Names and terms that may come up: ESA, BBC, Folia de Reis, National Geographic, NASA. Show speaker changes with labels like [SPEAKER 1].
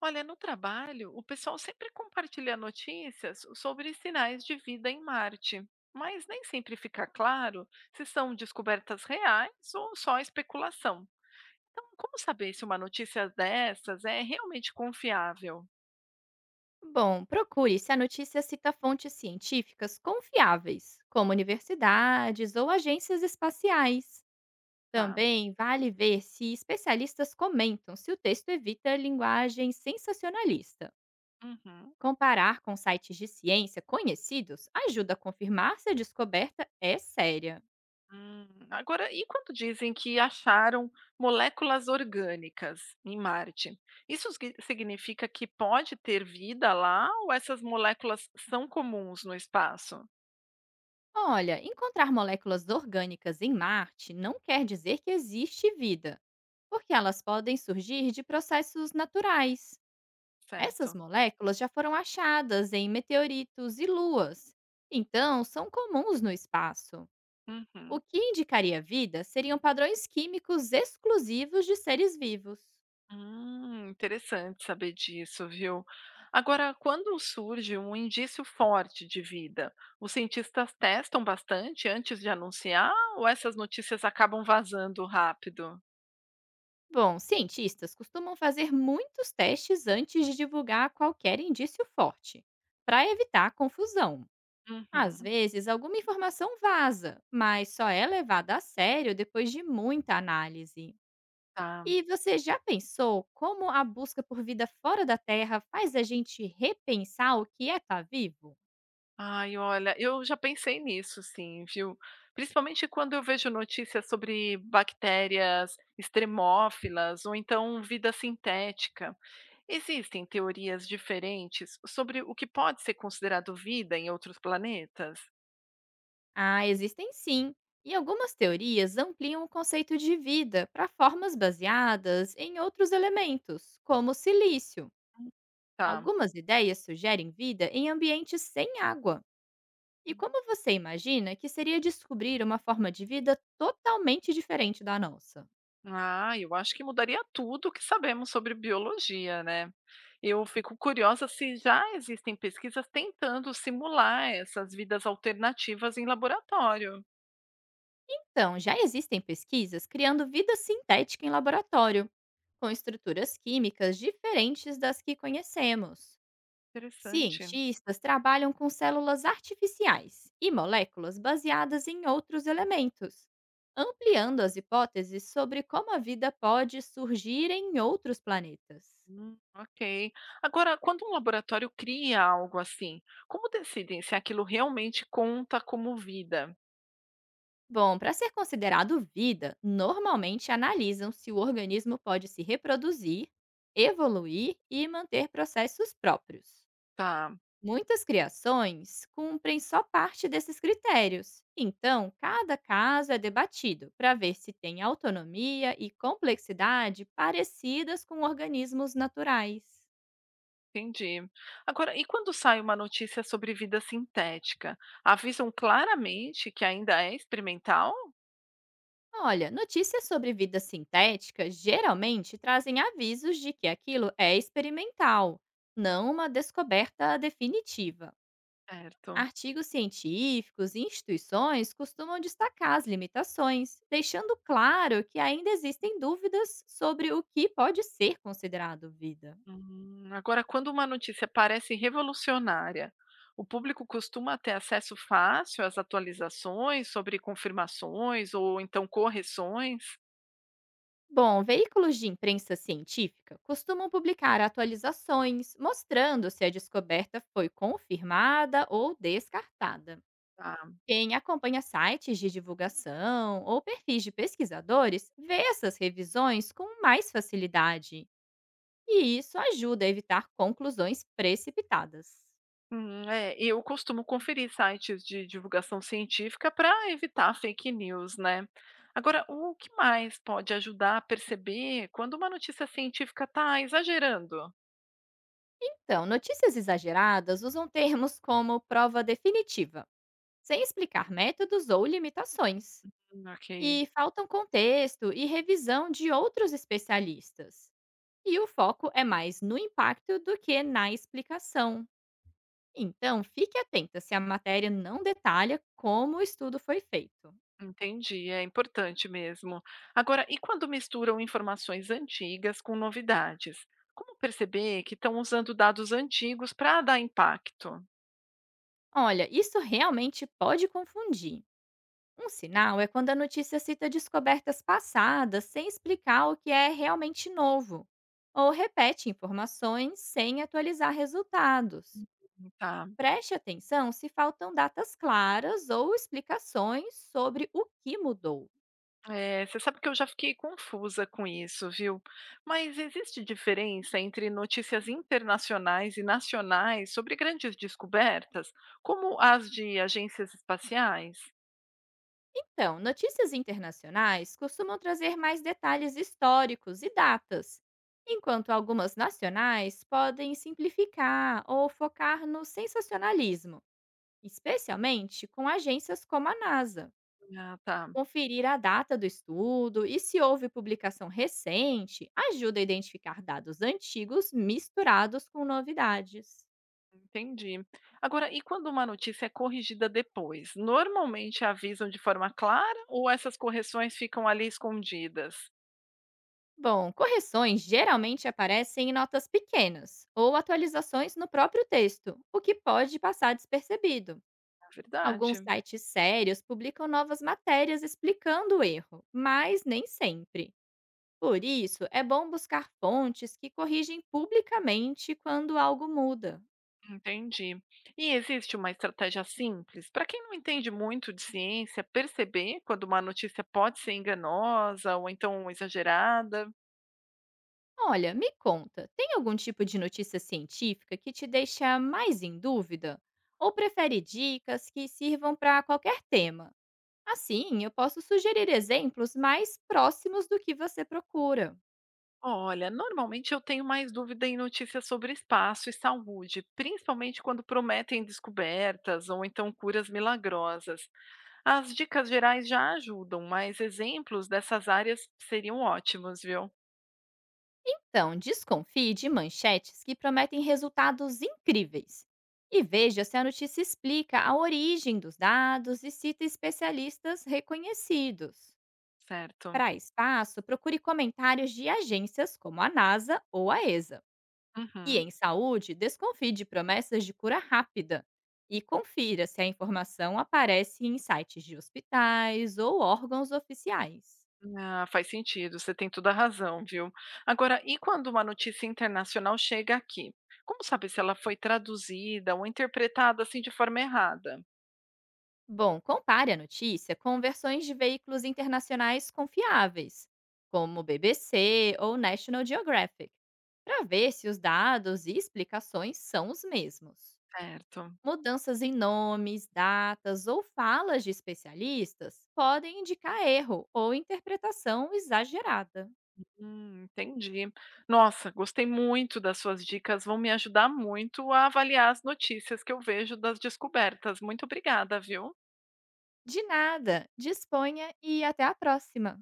[SPEAKER 1] Olha, no trabalho, o pessoal sempre compartilha notícias sobre sinais de vida em Marte, mas nem sempre fica claro se são descobertas reais ou só especulação. Então, como saber se uma notícia dessas é realmente confiável?
[SPEAKER 2] Bom, procure se a notícia cita fontes científicas confiáveis, como universidades ou agências espaciais.
[SPEAKER 1] Tá.
[SPEAKER 2] Também vale ver se especialistas comentam se o texto evita linguagem sensacionalista.
[SPEAKER 1] Uhum.
[SPEAKER 2] Comparar com sites de ciência conhecidos ajuda a confirmar se a descoberta é séria.
[SPEAKER 1] Agora, e quando dizem que acharam moléculas orgânicas em Marte? Isso significa que pode ter vida lá ou essas moléculas são comuns no espaço?
[SPEAKER 2] Olha, encontrar moléculas orgânicas em Marte não quer dizer que existe vida, porque elas podem surgir de processos naturais. Essas
[SPEAKER 1] Certo.
[SPEAKER 2] moléculas já foram achadas em meteoritos e luas, então são comuns no espaço. O
[SPEAKER 1] Uhum.
[SPEAKER 2] que indicaria vida seriam padrões químicos exclusivos de seres vivos.
[SPEAKER 1] Interessante saber disso, viu? Agora, quando surge um indício forte de vida, os cientistas testam bastante antes de anunciar ou essas notícias acabam vazando rápido?
[SPEAKER 2] Bom, cientistas costumam fazer muitos testes antes de divulgar qualquer indício forte, para evitar confusão. Às
[SPEAKER 1] Uhum,
[SPEAKER 2] vezes, alguma informação vaza, mas só é levada a sério depois de muita análise.
[SPEAKER 1] tá.
[SPEAKER 2] E você já pensou como a busca por vida fora da Terra faz a gente repensar o que é estar vivo?
[SPEAKER 1] Ai, olha, eu já pensei nisso, sim, viu? Principalmente quando eu vejo notícias sobre bactérias extremófilas ou então vida sintética. Existem teorias diferentes sobre o que pode ser considerado vida em outros planetas?
[SPEAKER 2] Ah, existem sim. E algumas teorias ampliam o conceito de vida para formas baseadas em outros elementos, como o silício.
[SPEAKER 1] Hum. Tá.
[SPEAKER 2] Algumas ideias sugerem vida em ambientes sem água. E como você imagina que seria descobrir uma forma de vida totalmente diferente da nossa?
[SPEAKER 1] Ah, eu acho que mudaria tudo o que sabemos sobre biologia, né? Eu fico curiosa se já existem pesquisas tentando simular essas vidas alternativas em laboratório.
[SPEAKER 2] Então, já existem pesquisas criando vida sintética em laboratório com estruturas químicas diferentes das que conhecemos.
[SPEAKER 1] Interessante.
[SPEAKER 2] Cientistas trabalham com células artificiais e moléculas baseadas em outros elementos, ampliando as hipóteses sobre como a vida pode surgir em outros planetas.
[SPEAKER 1] Ok. Agora, quando um laboratório cria algo assim, como decidem se aquilo realmente conta como vida?
[SPEAKER 2] Bom, para ser considerado vida, normalmente analisam se o organismo pode se reproduzir, evoluir e manter processos próprios.
[SPEAKER 1] Tá.
[SPEAKER 2] Muitas criações cumprem só parte desses critérios, então cada caso é debatido para ver se tem autonomia e complexidade parecidas com organismos naturais.
[SPEAKER 1] Entendi. Agora, e quando sai uma notícia sobre vida sintética? Avisam claramente que ainda é experimental?
[SPEAKER 2] Olha, notícias sobre vida sintética geralmente trazem avisos de que aquilo é experimental, não uma descoberta definitiva.
[SPEAKER 1] Certo.
[SPEAKER 2] Artigos científicos e instituições costumam destacar as limitações, deixando claro que ainda existem dúvidas sobre o que pode ser considerado vida.
[SPEAKER 1] Agora, quando uma notícia parece revolucionária, o público costuma ter acesso fácil às atualizações sobre confirmações ou então correções?
[SPEAKER 2] Bom, veículos de imprensa científica costumam publicar atualizações mostrando se a descoberta foi confirmada ou descartada. Quem acompanha sites de divulgação ou perfis de pesquisadores vê essas revisões com mais facilidade. E isso ajuda a evitar conclusões precipitadas.
[SPEAKER 1] É, e eu costumo conferir sites de divulgação científica para evitar fake news, né? Agora, o que mais pode ajudar a perceber quando uma notícia científica está exagerando?
[SPEAKER 2] Então, notícias exageradas usam termos como prova definitiva, sem explicar métodos ou limitações.
[SPEAKER 1] Ok,
[SPEAKER 2] E faltam contexto e revisão de outros especialistas. E o foco é mais no impacto do que na explicação. Então, fique atenta se a matéria não detalha como o estudo foi feito.
[SPEAKER 1] entendi, é importante mesmo. Agora, e quando misturam informações antigas com novidades? Como perceber que estão usando dados antigos para dar impacto?
[SPEAKER 2] Olha, isso realmente pode confundir. Um sinal é quando a notícia cita descobertas passadas sem explicar o que é realmente novo, ou repete informações sem atualizar resultados.
[SPEAKER 1] Tá.
[SPEAKER 2] Preste atenção se faltam datas claras ou explicações sobre o que mudou.
[SPEAKER 1] É, você sabe que eu já fiquei confusa com isso, viu? Mas existe diferença entre notícias internacionais e nacionais sobre grandes descobertas, como as de agências espaciais?
[SPEAKER 2] Então, notícias internacionais costumam trazer mais detalhes históricos e datas, enquanto algumas nacionais podem simplificar ou focar no sensacionalismo, especialmente com agências como a NASA.
[SPEAKER 1] Ah, tá,
[SPEAKER 2] Conferir a data do estudo e se houve publicação recente ajuda a identificar dados antigos misturados com novidades.
[SPEAKER 1] entendi. Agora, e quando uma notícia é corrigida depois? Normalmente avisam de forma clara ou essas correções ficam ali escondidas?
[SPEAKER 2] Bom, correções geralmente aparecem em notas pequenas ou atualizações no próprio texto, o que pode passar despercebido.
[SPEAKER 1] É
[SPEAKER 2] Alguns
[SPEAKER 1] verdade.
[SPEAKER 2] sites sérios publicam novas matérias explicando o erro, mas nem sempre. Por isso, é bom buscar fontes que corrigem publicamente quando algo muda.
[SPEAKER 1] Entendi. E existe uma estratégia simples para quem não entende muito de ciência perceber quando uma notícia pode ser enganosa ou então exagerada?
[SPEAKER 2] Olha, me conta, tem algum tipo de notícia científica que te deixa mais em dúvida? Ou prefere dicas que sirvam para qualquer tema? Assim, eu posso sugerir exemplos mais próximos do que você procura.
[SPEAKER 1] Olha, normalmente eu tenho mais dúvida em notícias sobre espaço e saúde, principalmente quando prometem descobertas ou então curas milagrosas. As dicas gerais já ajudam, mas exemplos dessas áreas seriam ótimos, viu?
[SPEAKER 2] Então, desconfie de manchetes que prometem resultados incríveis. E veja se a notícia explica a origem dos dados e cita especialistas reconhecidos.
[SPEAKER 1] Certo.
[SPEAKER 2] Para espaço, procure comentários de agências como a NASA ou a ESA. E
[SPEAKER 1] Uhum.
[SPEAKER 2] em saúde, desconfie de promessas de cura rápida e confira se a informação aparece em sites de hospitais ou órgãos oficiais.
[SPEAKER 1] Ah, faz sentido, você tem toda a razão, viu. Agora, e quando uma notícia internacional chega aqui? Como saber se ela foi traduzida ou interpretada assim de forma errada?
[SPEAKER 2] Bom, compare a notícia com versões de veículos internacionais confiáveis, como BBC ou National Geographic, para ver se os dados e explicações são os mesmos.
[SPEAKER 1] Certo.
[SPEAKER 2] Mudanças em nomes, datas ou falas de especialistas podem indicar erro ou interpretação exagerada.
[SPEAKER 1] Entendi. Nossa, gostei muito das suas dicas, vão me ajudar muito a avaliar as notícias que eu vejo das descobertas. Muito obrigada, viu?
[SPEAKER 2] De nada, disponha e até a próxima!